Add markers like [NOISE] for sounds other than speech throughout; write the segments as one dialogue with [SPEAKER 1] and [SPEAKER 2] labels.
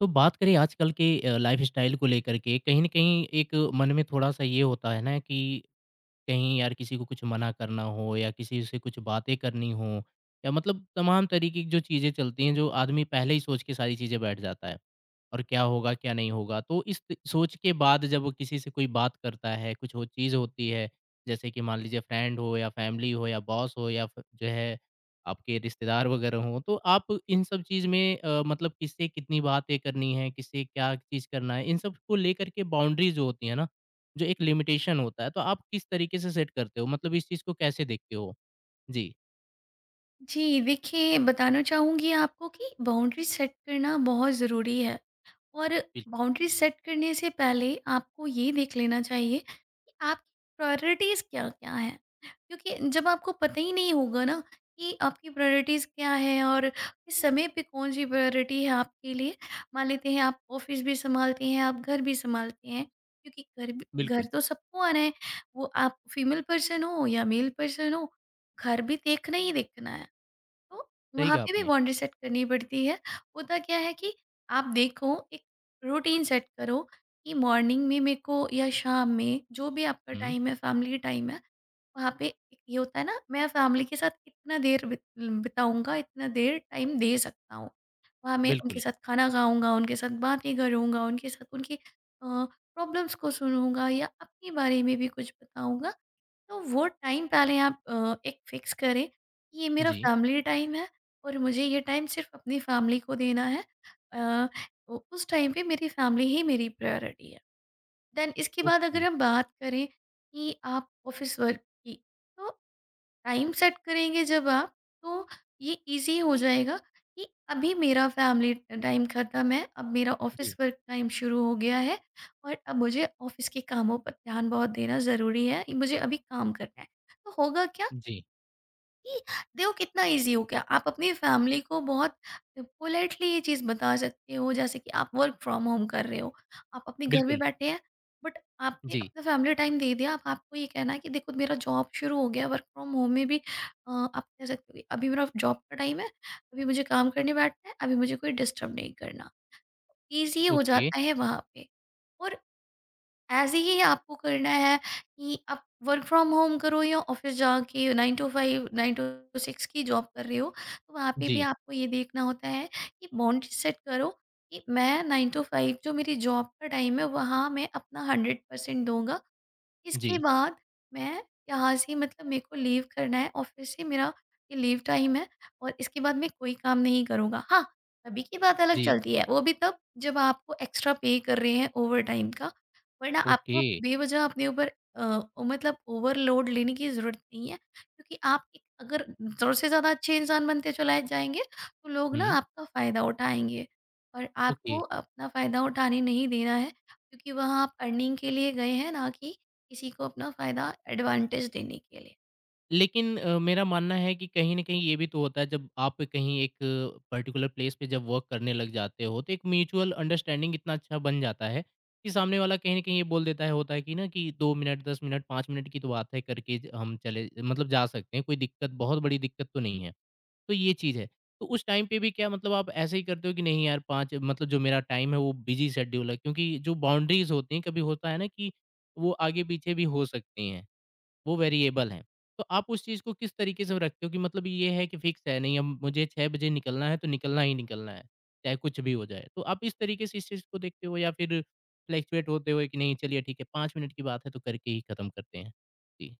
[SPEAKER 1] तो बात करें आजकल के लाइफस्टाइल को लेकर के, कहीं न कहीं एक मन में थोड़ा-सा ये होता है ना कि कहीं यार किसी को कुछ मना करना हो या किसी से कुछ बातें करनी हो या मतलब तमाम तरीके की जो चीज़ें चलती हैं जो आदमी पहले ही सोच के सारी चीज़ें बैठ जाता है और क्या होगा क्या नहीं होगा। तो सोच के बाद जब वो किसी से कोई बात करता है कुछ हो चीज़ होती है। जैसे कि मान लीजिए फ्रेंड हो या फैमिली हो या बॉस हो या जो है आपके रिश्तेदार वगैरह हो, तो आप इन सब चीज़ में मतलब किससे कितनी बातें करनी है, किससे क्या चीज़ करना है, इन सब को लेकर के बाउंड्रीज जो होती है ना, जो एक लिमिटेशन होता है, तो आप किस तरीके से सेट करते हो? मतलब इस चीज़ को कैसे देखते हो? जी।
[SPEAKER 2] जी, देखिए बताना चाहूँगी आपको कि बाउंड्री सेट करना बहुत ज़रूरी है। और
[SPEAKER 1] बिल
[SPEAKER 2] बाउंड्री सेट करने से पहले आपको ये देख लेना चाहिए कि आपकी प्रायोरिटीज़ क्या-क्या हैं? क्योंकि जब आपको पता ही नहीं होगा ना कि आपकी प्रायोरिटीज़ क्या है और किस समय पे कौन-सी प्रायोरिटी है आपके लिए, मान लेते हैं आप ऑफ़िस भी सँभालते हैं, आप घर भी सँभालते हैं, क्योंकि घर भी घर
[SPEAKER 1] बिल्कुल।
[SPEAKER 2] तो सबको आना है, वो आप फीमेल पर्सन हो या मेल पर्सन हो, घर भी देखना ही देखना है। तो
[SPEAKER 1] सही
[SPEAKER 2] वहाँ
[SPEAKER 1] कहा
[SPEAKER 2] पे भी
[SPEAKER 1] आपने।
[SPEAKER 2] बाउंड्री सेट करनी पड़ती है। होता क्या है कि आप देखो, एक रूटीन सेट करो कि मॉर्निंग में मेरे को या शाम में जो भी आपका
[SPEAKER 1] हुँ,
[SPEAKER 2] टाइम है, फैमिली टाइम है, वहाँ पे एक ये होता है ना, मैं फैमिली के साथ इतना देर बिताऊँगा, इतना देर टाइम दे सकता हूँ। वहाँ मैं उनके
[SPEAKER 1] बिल्कुल।
[SPEAKER 2] साथ खाना खाऊँगा, उनके साथ बातें करूँगा, उनके साथ उनकी प्रॉब्लम्स को सुनूँगा या अपने बारे में भी कुछ बताऊँगा। तो वो टाइम पहले आप एक फिक्स करें कि ये मेरा
[SPEAKER 1] जी।
[SPEAKER 2] फैमिली टाइम है और मुझे ये टाइम सिर्फ अपनी फैमिली को देना है। अ, उस टाइम पे मेरी फैमिली ही मेरी प्रायोरिटी है। देन इसके बाद अगर
[SPEAKER 1] ओके।
[SPEAKER 2] हम बात करें कि आप ऑफिस वर्क की, तो टाइम सेट करेंगे जब आप, तो ये इजी हो जाएगा कि अभी मेरा फैमिली टाइम ख़त्म है, अब मेरा ऑफ़िस
[SPEAKER 1] जी।
[SPEAKER 2] वर्क टाइम शुरू हो गया है और अब मुझे ऑफ़िस के कामों पर ध्यान बहुत देना ज़रूरी है, मुझे अभी काम करना है। तो होगा क्या
[SPEAKER 1] जी।
[SPEAKER 2] कि देखो कितना इजी हो गया। आप अपनी फैमिली को बहुत पोलाइटली ये चीज़ बता सकते हो, जैसे कि आप वर्क फ्रॉम होम कर रहे हो, आप अपने घर में
[SPEAKER 1] बिल्कुल।
[SPEAKER 2] बैठे हैं, बट आपने
[SPEAKER 1] जी।
[SPEAKER 2] अपना फैमिली टाइम दे दिया, अब आपको ये कहना है कि देखो मेरा जॉब शुरू हो गया। वर्क फ्रॉम होम में भी आप कह सकते हो कि अभी मेरा जॉब का टाइम है, अभी मुझे काम करने बैठना है, अभी मुझे कोई डिस्टर्ब नहीं करना। ईजी हो
[SPEAKER 1] ओके।
[SPEAKER 2] जाता है वहाँ पे। और ऐसे ही आपको करना है कि आप वर्क फ्रॉम होम करो या ऑफिस जाके 9 टू 5, 9 टू 6 की जॉब कर रहे हो, तो वहाँ पे भी
[SPEAKER 1] जी।
[SPEAKER 2] आपको ये देखना होता है कि बाउंड्री सेट करो कि मैं 9 टू 5 जो मेरी जॉब का टाइम है, वहाँ मैं अपना 100% दूंगा। इसके
[SPEAKER 1] जी।
[SPEAKER 2] बाद मैं यहाँ से, मतलब मेरे को लीव करना है ऑफिस से, मेरा ये लीव टाइम है, और इसके बाद मैं कोई काम नहीं करूँगा। हाँ, तभी की बात अलग
[SPEAKER 1] जी।
[SPEAKER 2] चलती है, वो भी तब जब आपको एक्स्ट्रा पे कर रहे हैं ओवरटाइम का, वरना आपको
[SPEAKER 1] ओके।
[SPEAKER 2] बेवज़ह अपने ऊपर मतलब ओवरलोड लेने की ज़रूरत नहीं है, क्योंकि आप एक अगर ज़रूरत से ज़्यादा अच्छे इंसान बनते चलाए जाएँगे, तो लोग ना
[SPEAKER 1] हुँ।
[SPEAKER 2] आपका फ़ायदा उठाएँगे, और
[SPEAKER 1] ओके।
[SPEAKER 2] आपको अपना फ़ायदा उठाने नहीं देना है, क्योंकि वहाँ आप अर्निंग के लिए गए हैं, ना कि किसी को अपना फ़ायदा एडवांटेज देने के लिए।
[SPEAKER 1] लेकिन मेरा मानना है कि कहीं न कहीं ये भी तो होता है। जब आप कहीं एक पर्टिकुलर प्लेस पे जब वर्क करने लग जाते हो, तो एक म्यूचुअल अंडरस्टैंडिंग इतना अच्छा बन जाता है कि सामने वाला कहीं न कहीं ये बोल देता है होता है कि ना कि 2 मिनट, 10 मिनट, 5 मिनट की तो बात है, करके ज हम चले मतलब जा सकते हैं, कोई दिक्कत बहुत बड़ी दिक्कत तो नहीं है। तो ये चीज़ है। तो उस टाइम पे भी क्या मतलब आप ऐसे ही करते हो कि नहीं यार 5 मतलब जो मेरा टाइम है वो बिज़ी शेड्यूल है, क्योंकि जो बाउंड्रीज़ होती हैं कभी होता है ना कि वो आगे-पीछे भी हो सकती हैं। वो वेरिएबल हैं। तो आप उस चीज़ को किस तरीके से रखते हो कि मतलब ये है कि फिक्स है नहीं, अब मुझे 6 बजे निकलना है तो निकलना ही निकलना है, चाहे कुछ भी हो जाए। तो आप इस तरीके से इस चीज़ को देखते हो या फिर फ्लैक्चुएट होते हो कि नहीं चलिए ठीक है 5 मिनट की बात है तो करके ही खत्म करते हैं? जी।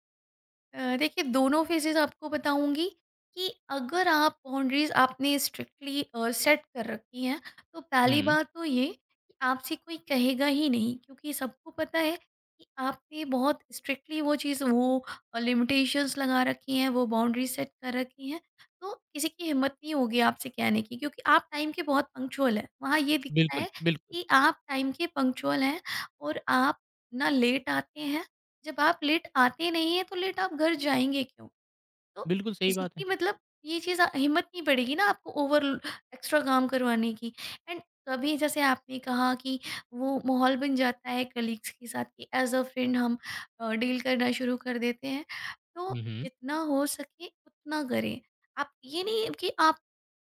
[SPEAKER 2] देखिए, दोनों फेजेस आपको बताऊंगी कि अगर आप बाउंड्रीज आपने स्ट्रिक्टली सेट कर रखी हैं, तो पहली
[SPEAKER 1] हुँ।
[SPEAKER 2] बात तो ये कि आपसे कोई कहेगा ही नहीं, क्योंकि सबको पता है कि आपने बहुत स्ट्रिक्टली वो चीज़, वो लिमिटेशंस लगा रखी हैं, वो बाउंड्री सेट कर रखी हैं। तो किसी की हिम्मत नहीं होगी आपसे कहने की, क्योंकि आप टाइम के बहुत पंक्चुअल हैं। वहाँ ये दिखता
[SPEAKER 1] बिल्कुल,
[SPEAKER 2] है
[SPEAKER 1] बिल्कुल।
[SPEAKER 2] कि आप टाइम के पंक्चुअल हैं और आप ना लेट आते हैं। जब आप लेट आते नहीं हैं, तो लेट आप घर जाएँगे क्यों? तो
[SPEAKER 1] बिल्कुल सही बात
[SPEAKER 2] इसकी
[SPEAKER 1] है।
[SPEAKER 2] मतलब ये चीज़ हिम्मत नहीं पड़ेगी ना आपको ओवर एक्स्ट्रा काम करवाने की। एंड कभी जैसे आपने कहा कि वो माहौल बन जाता है कलीग्स के साथ कि एज़ अ फ्रेंड हम डील करना शुरू कर देते हैं। तो
[SPEAKER 1] हुँ, हुँ।
[SPEAKER 2] जितना हो सके उतना करें। आप ये नहीं कि आप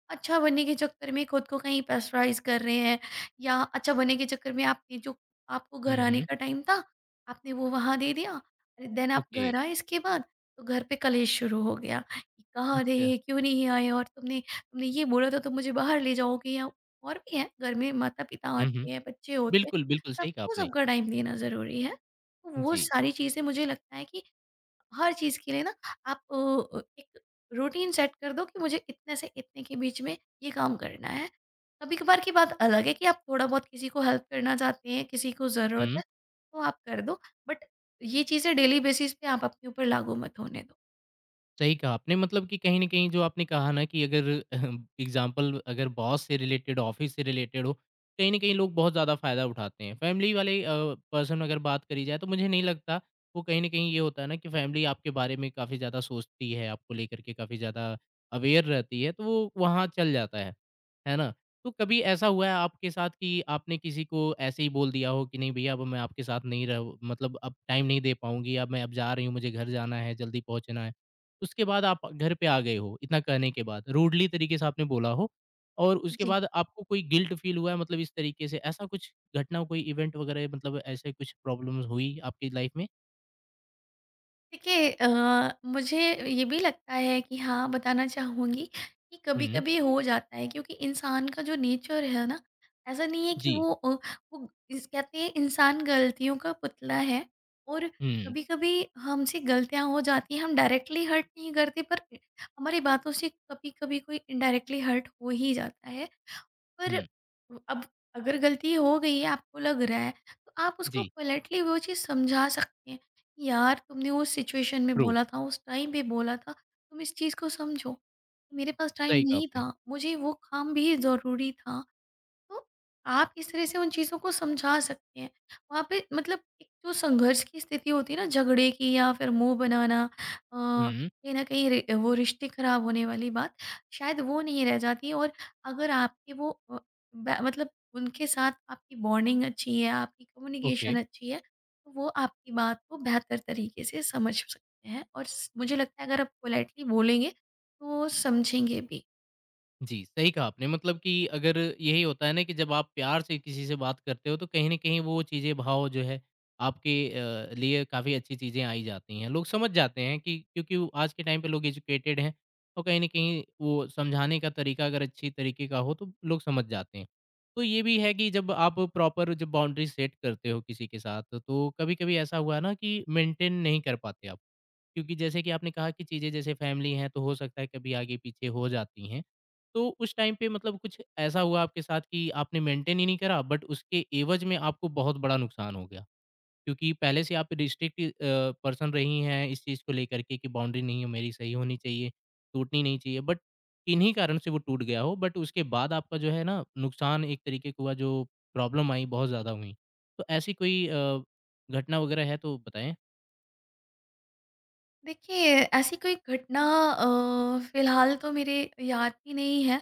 [SPEAKER 2] अच्छा बनने के चक्कर में खुद को कहीं प्रेशराइज़ कर रहे हैं या अच्छा बनने के चक्कर में आपने जो आपको घर
[SPEAKER 1] हुँ,
[SPEAKER 2] आने
[SPEAKER 1] हुँ।
[SPEAKER 2] का टाइम था, आपने वो वहाँ दे दिया। अरे देन आप
[SPEAKER 1] ओके।
[SPEAKER 2] घर आए इसके बाद, तो घर पे कलेश शुरू हो गया कि कहाँ
[SPEAKER 1] अच्छा।
[SPEAKER 2] रहे, क्यों नहीं आए, और तुमने तुमने ये बोला था तुम मुझे बाहर ले जाओगे, या और भी हैं, घर में माता-पिता
[SPEAKER 1] हुँ, हुँ।
[SPEAKER 2] होते हैं, बच्चे होते हैं,
[SPEAKER 1] बिल्कुल, बिल्कुल सही कहा
[SPEAKER 2] सबको
[SPEAKER 1] आपने।
[SPEAKER 2] सबका टाइम देना ज़रूरी है। तो वो
[SPEAKER 1] जी।
[SPEAKER 2] सारी चीज़ें, मुझे लगता है कि हर चीज़ के लिए ना, आप एक रूटीन सेट कर दो कि मुझे इतने से इतने के बीच में ये काम करना है। कभी-कभार की बात अलग है कि आप थोड़ा बहुत किसी को हेल्प करना चाहते हैं, किसी को ज़रूरत
[SPEAKER 1] हुँ।
[SPEAKER 2] है, तो आप कर दो। बट ये चीज़ें डेली बेसिस पे आप अपने ऊपर लागू मत होने दो।
[SPEAKER 1] सही कहा आपने। मतलब कि कहीं न कहीं जो आपने कहा ना कि अगर [LAUGHS] एग्ज़ाम्पल अगर बॉस से रिलेटेड, ऑफ़िस से रिलेटेड हो, कहीं न कहीं लोग बहुत ज़्यादा फ़ायदा उठाते हैं। फ़ैमिली वाले पर्सन अगर बात करी जाए तो मुझे नहीं लगता। वो कहीं न कहीं ये होता है ना कि फ़ैमिली आपके बारे में काफ़ी ज़्यादा सोचती है, आपको लेकर के काफ़ी ज़्यादा अवेयर रहती है, तो वो वहाँ चल जाता है ना? तो कभी ऐसा हुआ है आपके साथ कि आपने किसी को ऐसे ही बोल दिया हो कि नहीं भैया अब मैं आपके साथ नहीं रह मतलब अब टाइम नहीं दे पाऊँगी, अब जा रही हूँ, मुझे घर जाना है, जल्दी पहुँचना है। उसके बाद आप घर पे आ गए हो, इतना कहने के बाद, रूडली तरीके से आपने बोला हो और उसके
[SPEAKER 2] जी।
[SPEAKER 1] बाद आपको कोई गिल्ट फ़ील हुआ है, मतलब इस तरीके से, ऐसा कुछ घटना कोई इवेंट वग़ैरह, मतलब ऐसे कुछ प्रॉब्लम्स हुई आपकी लाइफ़ में?
[SPEAKER 2] देखिए मुझे ये भी लगता है कि हाँ, बताना चाहूँगी कि
[SPEAKER 1] हुँ।
[SPEAKER 2] कभी-कभी हो जाता है, क्योंकि इंसान का जो नेचर है ना, ऐसा नहीं है कि
[SPEAKER 1] जी।
[SPEAKER 2] वो वो इस कहते हैं इंसान गलतियों का पुतला है, और
[SPEAKER 1] हुँ,
[SPEAKER 2] कभी-कभी हमसे गलतियाँ हो जाती हैं। हम डायरेक्टली हर्ट नहीं करते, पर हमारी बातों से कभी-कभी कोई इनडायरेक्टली हर्ट हो ही जाता है। पर
[SPEAKER 1] हुँ।
[SPEAKER 2] अब अगर गलती हो गई है, आपको लग रहा है, तो आप उसको
[SPEAKER 1] जी।
[SPEAKER 2] पोलाइटली वो चीज़ समझा सकते हैं कि यार तुमने उस सिचुएशन में
[SPEAKER 1] ट्रू।
[SPEAKER 2] बोला था, उस टाइम पे बोला था, तुम इस चीज़ को समझो, मेरे पास टाइम
[SPEAKER 1] सही कहा
[SPEAKER 2] नहीं
[SPEAKER 1] आपने।
[SPEAKER 2] था, मुझे वो काम भी ज़रूरी था। तो आप इस तरह से उन चीज़ों को समझा सकते हैं। वहाँ पे मतलब एक जो संघर्ष की स्थिति होती है ना, झगड़े की या फिर मुँह बनाना,
[SPEAKER 1] हुँ।
[SPEAKER 2] कहीं न कहीं रि वो रिश्ते खराब होने वाली बात, शायद वो नहीं रह जाती। और अगर आपके वो ब मतलब उनके साथ आपकी बॉन्डिंग अच्छी है, आपकी
[SPEAKER 1] ओके।
[SPEAKER 2] कम्युनिकेशन अच्छी है, तो वो आपकी बात को बेहतर तरीके से समझ सकते हैं, और स मुझे लगता है अगर आप पोलाइटली बोलेंगे, तो वो समझेंगे भी।
[SPEAKER 1] जी, सही कहा आपने। मतलब कि अगर यही होता है ना कि जब आप प्यार से किसी से बात करते हो तो कहीं न कहीं वो चीज़ें भाव जो है आपके लिए काफ़ी अच्छी चीज़ें आई जाती हैं। लोग समझ जाते हैं कि क्योंकि वो आज के टाइम पे लोग एजुकेटेड हैं और कहीं न कहीं वो समझाने का तरीका अगर अच्छी तरीके का हो तो लोग समझ जाते हैं। तो ये भी है कि जब आप प्रॉपर जब बाउंड्री सेट करते हो किसी के साथ तो कभी-कभी ऐसा हुआ है ना कि मेंटेन नहीं कर पाते आप। क्योंकि जैसे कि आपने कहा कि चीज़ें जैसे फैमिली हैं तो हो सकता है कभी आगे-पीछे हो जाती हैं। तो उस टाइम पे मतलब कुछ ऐसा हुआ आपके साथ कि आपने मेंटेन ही नहीं करा बट उसके एवज में आपको बहुत बड़ा नुकसान हो गया, क्योंकि पहले से आप रिस्ट्रिक्ट पर्सन रही हैं इस चीज़ को लेकर के कि बाउंड्री नहीं है मेरी सही होनी चाहिए, टूटनी नहीं चाहिए बट किन्हीं कारण से वो टूट गया हो बट उसके बाद आपका जो है ना नुकसान एक तरीके का हुआ, जो प्रॉब्लम आई बहुत ज़्यादा हुई। तो ऐसी कोई घटना वगैरह है तो बताएं।
[SPEAKER 2] देखिए, ऐसी कोई घटना फ़िलहाल तो मेरे याद भी नहीं है,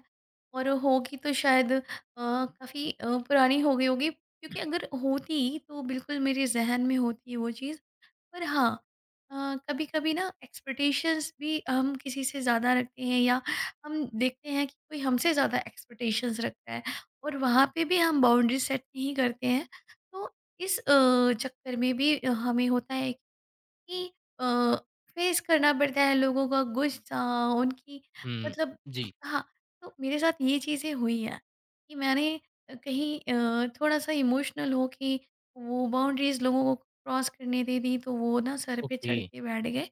[SPEAKER 2] और होगी तो शायद काफ़ी पुरानी हो गई होगी, क्योंकि अगर होती तो बिल्कुल मेरे ज़हन में होती वो चीज़। पर हाँ, अ, कभी-कभी ना एक्सपेक्टेशंस भी हम किसी से ज़्यादा रखते हैं, या हम देखते हैं कि कोई हमसे ज़्यादा एक्सपेक्टेशंस रखता है, और वहाँ पे भी हम बाउंड्री सेट नहीं करते हैं। तो इस चक्कर में भी हमें होता है कि अ, फेस करना पड़ता है लोगों का गुस्सा, उनकी
[SPEAKER 1] हम्म।
[SPEAKER 2] मतलब,
[SPEAKER 1] जी।
[SPEAKER 2] हाँ, तो मेरे साथ ये चीज़ें हुई हैं कि मैंने कहीं थोड़ा-सा इमोशनल हो के वो बाउंड्रीज़ लोगों को क्रॉस करने दे दी, तो वो ना सर पे
[SPEAKER 1] ओके।
[SPEAKER 2] चढ़ के बैठ गए।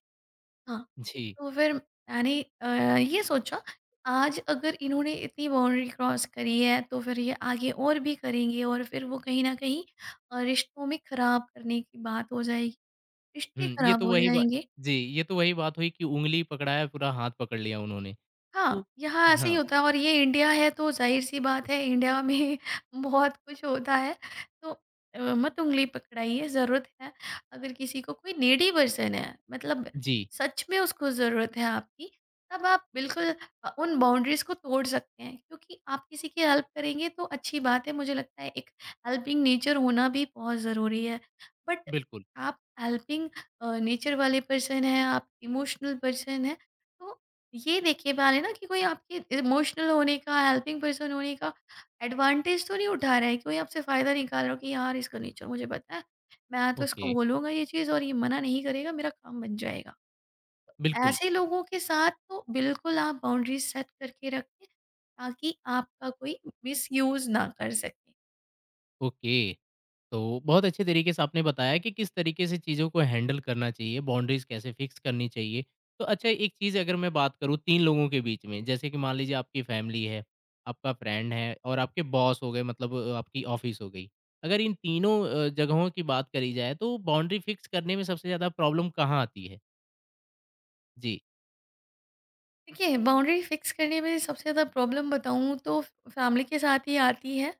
[SPEAKER 2] हाँ,
[SPEAKER 1] जी।
[SPEAKER 2] तो फिर मैंने ये सोचा, आज अगर इन्होंने इतनी बाउंड्री क्रॉस करी है, तो फिर ये आगे और भी करेंगे, और फिर वो कहीं न कहीं रिश्तों में खराब करने की बात हो जाएगी, रिश्ते
[SPEAKER 1] हुँ, ये
[SPEAKER 2] खराब
[SPEAKER 1] तो
[SPEAKER 2] हो
[SPEAKER 1] वही बा
[SPEAKER 2] जाएँगे।
[SPEAKER 1] जी, ये तो वही बात हुई कि उँगली पकड़ाया, पूरा हाथ पकड़ लिया उन्होंने। तो
[SPEAKER 2] हाँ, यहाँ ऐसे ही
[SPEAKER 1] हाँ।
[SPEAKER 2] होता है, और ये इंडिया है, तो ज़ाहिर-सी बात
[SPEAKER 1] हुँ।
[SPEAKER 2] है इंडिया में [LAUGHS] बहुत कुछ होता है। तो मत उँगली पकड़ाइए, ज़रूरत है। अगर किसी को कोई नीडी पर्सन है, मतलब
[SPEAKER 1] जी।
[SPEAKER 2] सच में उसको ज़रूरत है आपकी, तब आप बिल्कुल उन बाउंड्रीज़ को तोड़ सकते हैं। क्योंकि आप किसी की हेल्प करेंगे तो अच्छी बात है, मुझे लगता है एक हेल्पिंग नेचर होना भी बहुत ज़रूरी है। बट
[SPEAKER 1] बिल्कुल।
[SPEAKER 2] आप हेल्पिंग नेचर वाले पर्सन हैं, आप इमोशनल पर्सन हैं, तो ये देखिए मैंने, ना कि कोई आपके इमोशनल होने का, हेल्पिंग पर्सन होने का एडवांटेज तो नहीं उठा रहा है, कोई आपसे फ़ायदा निकाल रहा हो कि यार इसका नेचर मुझे पता है, मैं तो इसको
[SPEAKER 1] ओके।
[SPEAKER 2] बोलूँगा ये चीज़ और ये मना नहीं करेगा, मेरा काम बन जाएगा।
[SPEAKER 1] बिल्कुल।
[SPEAKER 2] ऐसे लोगों के साथ तो बिल्कुल आप बाउंड्रीज़ सेट करके रखें, ताकि आपका कोई मिसयूज़ ना कर सके।
[SPEAKER 1] ओके। तो बहुत अच्छे तरीके से आपने बताया कि किस तरीके से चीज़ों को हैंडल करना चाहिए, बाउंड्रीज़ कैसे फिक्स करनी चाहिए। तो अच्छा एक चीज़ अगर मैं बात करूँ 3 लोगों के बीच में, जैसे कि मान लीजिए आपकी फैमिली है, आपका फ्रेंड है और आपके बॉस हो गए, मतलब आपकी ऑफ़िस हो गई। अगर इन तीनों जगहों की बात करी जाए तो बाउंड्री फिक्स करने में सबसे ज़्यादा प्रॉब्लम कहाँ आती है? जी।
[SPEAKER 2] देखिए, बाउंड्री फिक्स करने में सबसे ज़्यादा प्रॉब्लम बताऊँ, तो फैमिली के साथ ही आती है।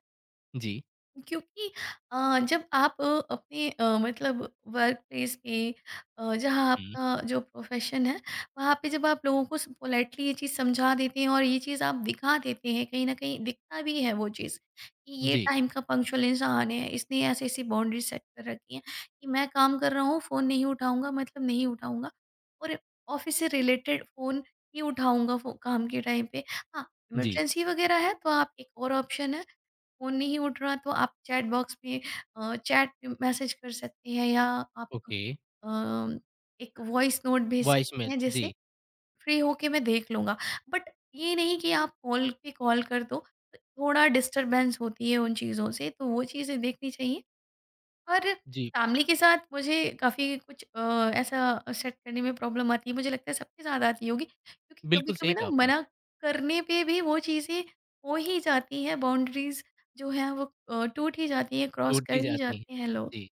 [SPEAKER 1] जी।
[SPEAKER 2] क्योंकि जब आप अपने मतलब वर्क प्लेस पे, जहाँ
[SPEAKER 1] हुँ।
[SPEAKER 2] आपका जो प्रोफेशन है, वहाँ पे जब आप लोगों को पोलाइटली ये चीज़ समझा देते हैं, और ये चीज़ आप दिखा देते हैं, कहीं ना कहीं दिखता भी है वो चीज़ कि ये
[SPEAKER 1] जी,
[SPEAKER 2] टाइम का पंक्चुअल इंसान है, इसने ऐसे ऐसी बाउंड्री सेट कर रखी है कि मैं काम कर रहा हूँ, फ़ोन नहीं उठाऊंगा मतलब नहीं उठाऊंगा, और ऑफिस से रिलेटेड फ़ोन ही उठाऊंगा काम के टाइम पे। हाँ,
[SPEAKER 1] जी।
[SPEAKER 2] इमरजेंसी वगैरह है तो आप, एक और ऑप्शन है, फ़ोन नहीं उठ रहा तो आप चैट बॉक्स में चैट मैसेज कर सकते हैं, या आप
[SPEAKER 1] ओके।
[SPEAKER 2] एक वॉइस नोट भेज सकते
[SPEAKER 1] वॉइसमेल
[SPEAKER 2] हैं, जैसे
[SPEAKER 1] जी।
[SPEAKER 2] फ्री होके मैं देख लूँगा। बट ये नहीं कि आप कॉल पे कॉल कर दो, थोड़ा डिस्टर्बेंस होती है उन चीज़ों से, तो वो चीज़ें देखनी चाहिए। और
[SPEAKER 1] जी।
[SPEAKER 2] फैमिली के साथ मुझे काफ़ी कुछ ऐसा सेट करने में प्रॉब्लम आती है, मुझे लगता है सबके साथ आती होगी, क्योंकि
[SPEAKER 1] बिल्कुल
[SPEAKER 2] कभी-कभी
[SPEAKER 1] सही
[SPEAKER 2] ना
[SPEAKER 1] कहा आपने।
[SPEAKER 2] मना करने पे भी वो चीज़ें हो ही जाती हैं, बाउंड्रीज़ जो हैं वो टूट ही जाती हैं, क्रॉस कर
[SPEAKER 1] टूटी
[SPEAKER 2] ही
[SPEAKER 1] जाती
[SPEAKER 2] जाते हैं
[SPEAKER 1] हैं।
[SPEAKER 2] लोग।
[SPEAKER 1] जी,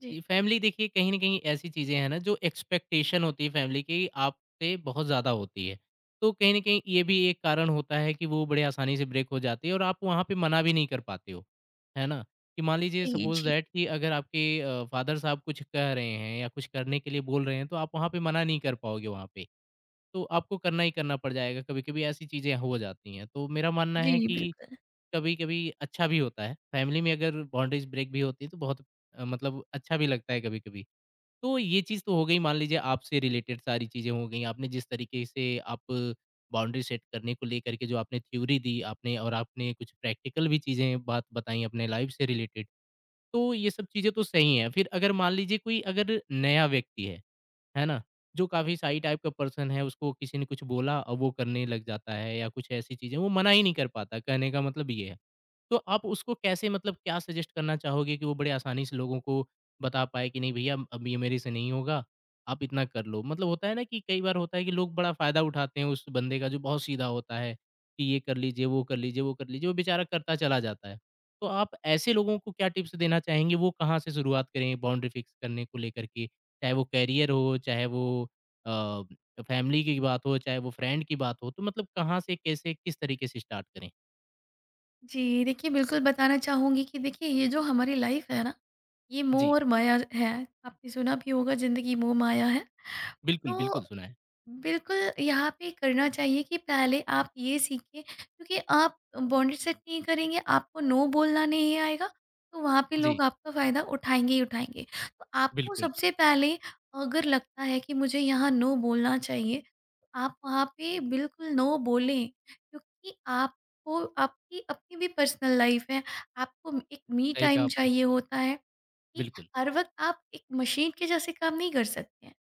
[SPEAKER 2] जी।
[SPEAKER 1] जी, फैमिली देखिए कहीं न कहीं ऐसी चीज़ें हैं ना जो एक्सपेक्टेशन होती है फैमिली की आपसे बहुत ज़्यादा होती है। तो कहीं न कहीं ये भी एक कारण होता है कि वो बड़े आसानी से ब्रेक हो जाती है और आप वहाँ पे मना भी नहीं कर पाते हो, है ना? कि मान लीजिए
[SPEAKER 2] जी,
[SPEAKER 1] सपोज़
[SPEAKER 2] जी।
[SPEAKER 1] दैट कि अगर आपके फादर साहब कुछ कह रहे हैं या कुछ करने के लिए बोल रहे हैं तो आप वहाँ पे मना नहीं कर पाओगे वहाँ पे। तो आपको करना ही करना पड़ जाएगा, कभी-कभी ऐसी चीज़ें हो जाती हैं। तो मेरा मानना
[SPEAKER 2] जी,
[SPEAKER 1] है कि
[SPEAKER 2] बिल्कुल।
[SPEAKER 1] कभी-कभी अच्छा भी होता है, फैमिली में अगर बाउंड्रीज़ ब्रेक भी होती है तो बहुत मतलब अच्छा भी लगता है कभी-कभी। तो ये चीज़ तो हो गई, मान लीजिए आपसे रिलेटेड सारी चीज़ें हो गई, आपने जिस तरीके से आप बाउंड्री सेट करने को लेकर के जो आपने थ्योरी दी आपने और आपने कुछ प्रैक्टिकल भी चीज़ें बात बताई अपने लाइफ़ से रिलेटेड, तो ये सब चीज़ें तो सही हैं। फिर अगर मान लीजिए कोई अगर नया व्यक्ति है ना? जो काफ़ी शाई टाइप का पर्सन है, उसको किसी ने कुछ बोला और वो करने लग जाता है या कुछ ऐसी चीज़ें वो मना ही नहीं कर पाता, कहने का मतलब ये है। तो आप उसको कैसे मतलब क्या सजेस्ट करना चाहोगे कि वो बड़े आसानी से लोगों को बता पाए कि नहीं भैया अब ये मेरे से नहीं होगा, आप इतना कर लो? मतलब होता है ना कि कई बार होता है कि लोग बड़ा फ़ायदा उठाते हैं उस बंदे का जो बहुत सीधा होता है, कि ये कर लीजिए, वो कर लीजिए, वो कर लीजिए, वो बेचारा करता चला जाता है। तो आप ऐसे लोगों को क्या टिप्स देना चाहेंगे, वो कहाँ से शुरुआत करें बाउंड्री फिक्स करने को लेकर के? चाहे वो करियर हो, चाहे वो अ, फैमिली की बात हो, चाहे वो फ्रेंड की बात हो, तो मतलब कहाँ से, कैसे, किस तरीके से स्टार्ट करें?
[SPEAKER 2] जी, देखिए बिल्कुल बताना चाहूँगी कि देखिए ये जो हमारी लाइफ़ है ना, ये मोह
[SPEAKER 1] जी।
[SPEAKER 2] और माया है। आपने सुना भी होगा, ज़िंदगी मोह माया है।
[SPEAKER 1] बिल्कुल,
[SPEAKER 2] तो
[SPEAKER 1] बिल्कुल सुनाएँ।
[SPEAKER 2] बिल्कुल, यहाँ पे करना चाहिए कि पहले आप ये सीखें, क्योंकि आप बाउंड्री सेट नहीं करेंगे, आपको नो बोलना नहीं आएगा, तो वहाँ पे
[SPEAKER 1] जी।
[SPEAKER 2] लोग आपका फ़ायदा उठाएँगे ही उठाएँगे। तो आपको
[SPEAKER 1] बिल्कुल।
[SPEAKER 2] सबसे पहले, अगर लगता है कि मुझे यहाँ नो बोलना चाहिए, तो आप वहाँ पे बिल्कुल नो बोलें, क्योंकि आपको आपकी अपनी भी पर्सनल लाइफ़ है, आपको एक मी
[SPEAKER 1] सही कहा
[SPEAKER 2] टाइम
[SPEAKER 1] आपने।
[SPEAKER 2] चाहिए होता है। कि
[SPEAKER 1] बिल्कुल।
[SPEAKER 2] हर वक़्त आप एक मशीन के जैसे काम नहीं कर सकते हैं।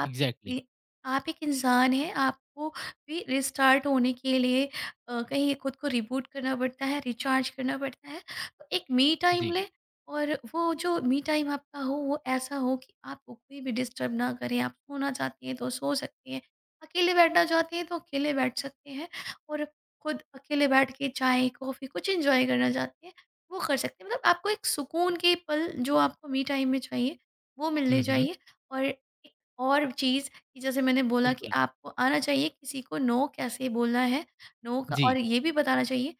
[SPEAKER 2] आप एक
[SPEAKER 1] एग्ज़ैक्टली।
[SPEAKER 2] ए आप एक इंसान हैं, आपको भी रिस्टार्ट होने के लिए कहीं खुद को रिबूट करना पड़ता है, रिचार्ज करना पड़ता है। तो एक मी टाइम
[SPEAKER 1] जी।
[SPEAKER 2] लें, और वो जो मी टाइम आपका हो वो ऐसा हो कि आपको कोई भी डिस्टर्ब ना करे। आप सोना चाहती हैं तो सो सकती हैं, अकेले बैठना चाहती हैं तो अकेले बैठ सकते हैं, और खुद अकेले बैठ के चाय, कॉफ़ी कुछ एन्जॉय करना चाहते हैं वो कर सकते हैं, मतलब आपको एक सुकून के पल जो आपको मी टाइम में चाहिए वो मिलने
[SPEAKER 1] हुँ, हुँ।
[SPEAKER 2] चाहिए। और एक और चीज़ कि जैसे मैंने बोला कि
[SPEAKER 1] बिल्कुल।
[SPEAKER 2] आपको आना चाहिए किसी को नो कैसे बोलना है, नो का, और
[SPEAKER 1] जी।
[SPEAKER 2] ये भी बताना चाहिए कि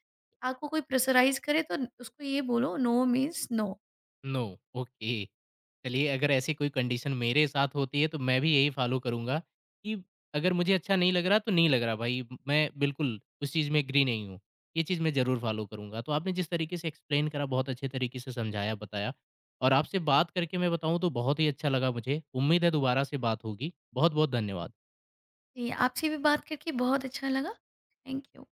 [SPEAKER 2] आपको कोई प्रेशराइज करे तो उसको ये बोलो no means no.
[SPEAKER 1] No. Okay. चलिए अगर ऐसी कोई कंडीशन मेरे साथ होती है तो मैं भी यही फ़ॉलो करूँगा कि अगर मुझे अच्छा नहीं लग रहा तो नहीं लग रहा भाई, मैं बिल्कुल उस चीज़ में एग्री नहीं हूँ, ये चीज़ मैं ज़रूर फ़ॉलो करूँगा। तो आपने जिस तरीके से एक्सप्लेन करा बहुत अच्छे तरीके से समझाया, बताया और आपसे बात करके मैं बताऊँ तो बहुत ही अच्छा लगा मुझे। उम्मीद है दोबारा से बात होगी। बहुत-बहुत धन्यवाद।
[SPEAKER 2] जी, आपसे भी बात करके बहुत अच्छा लगा। Thank you.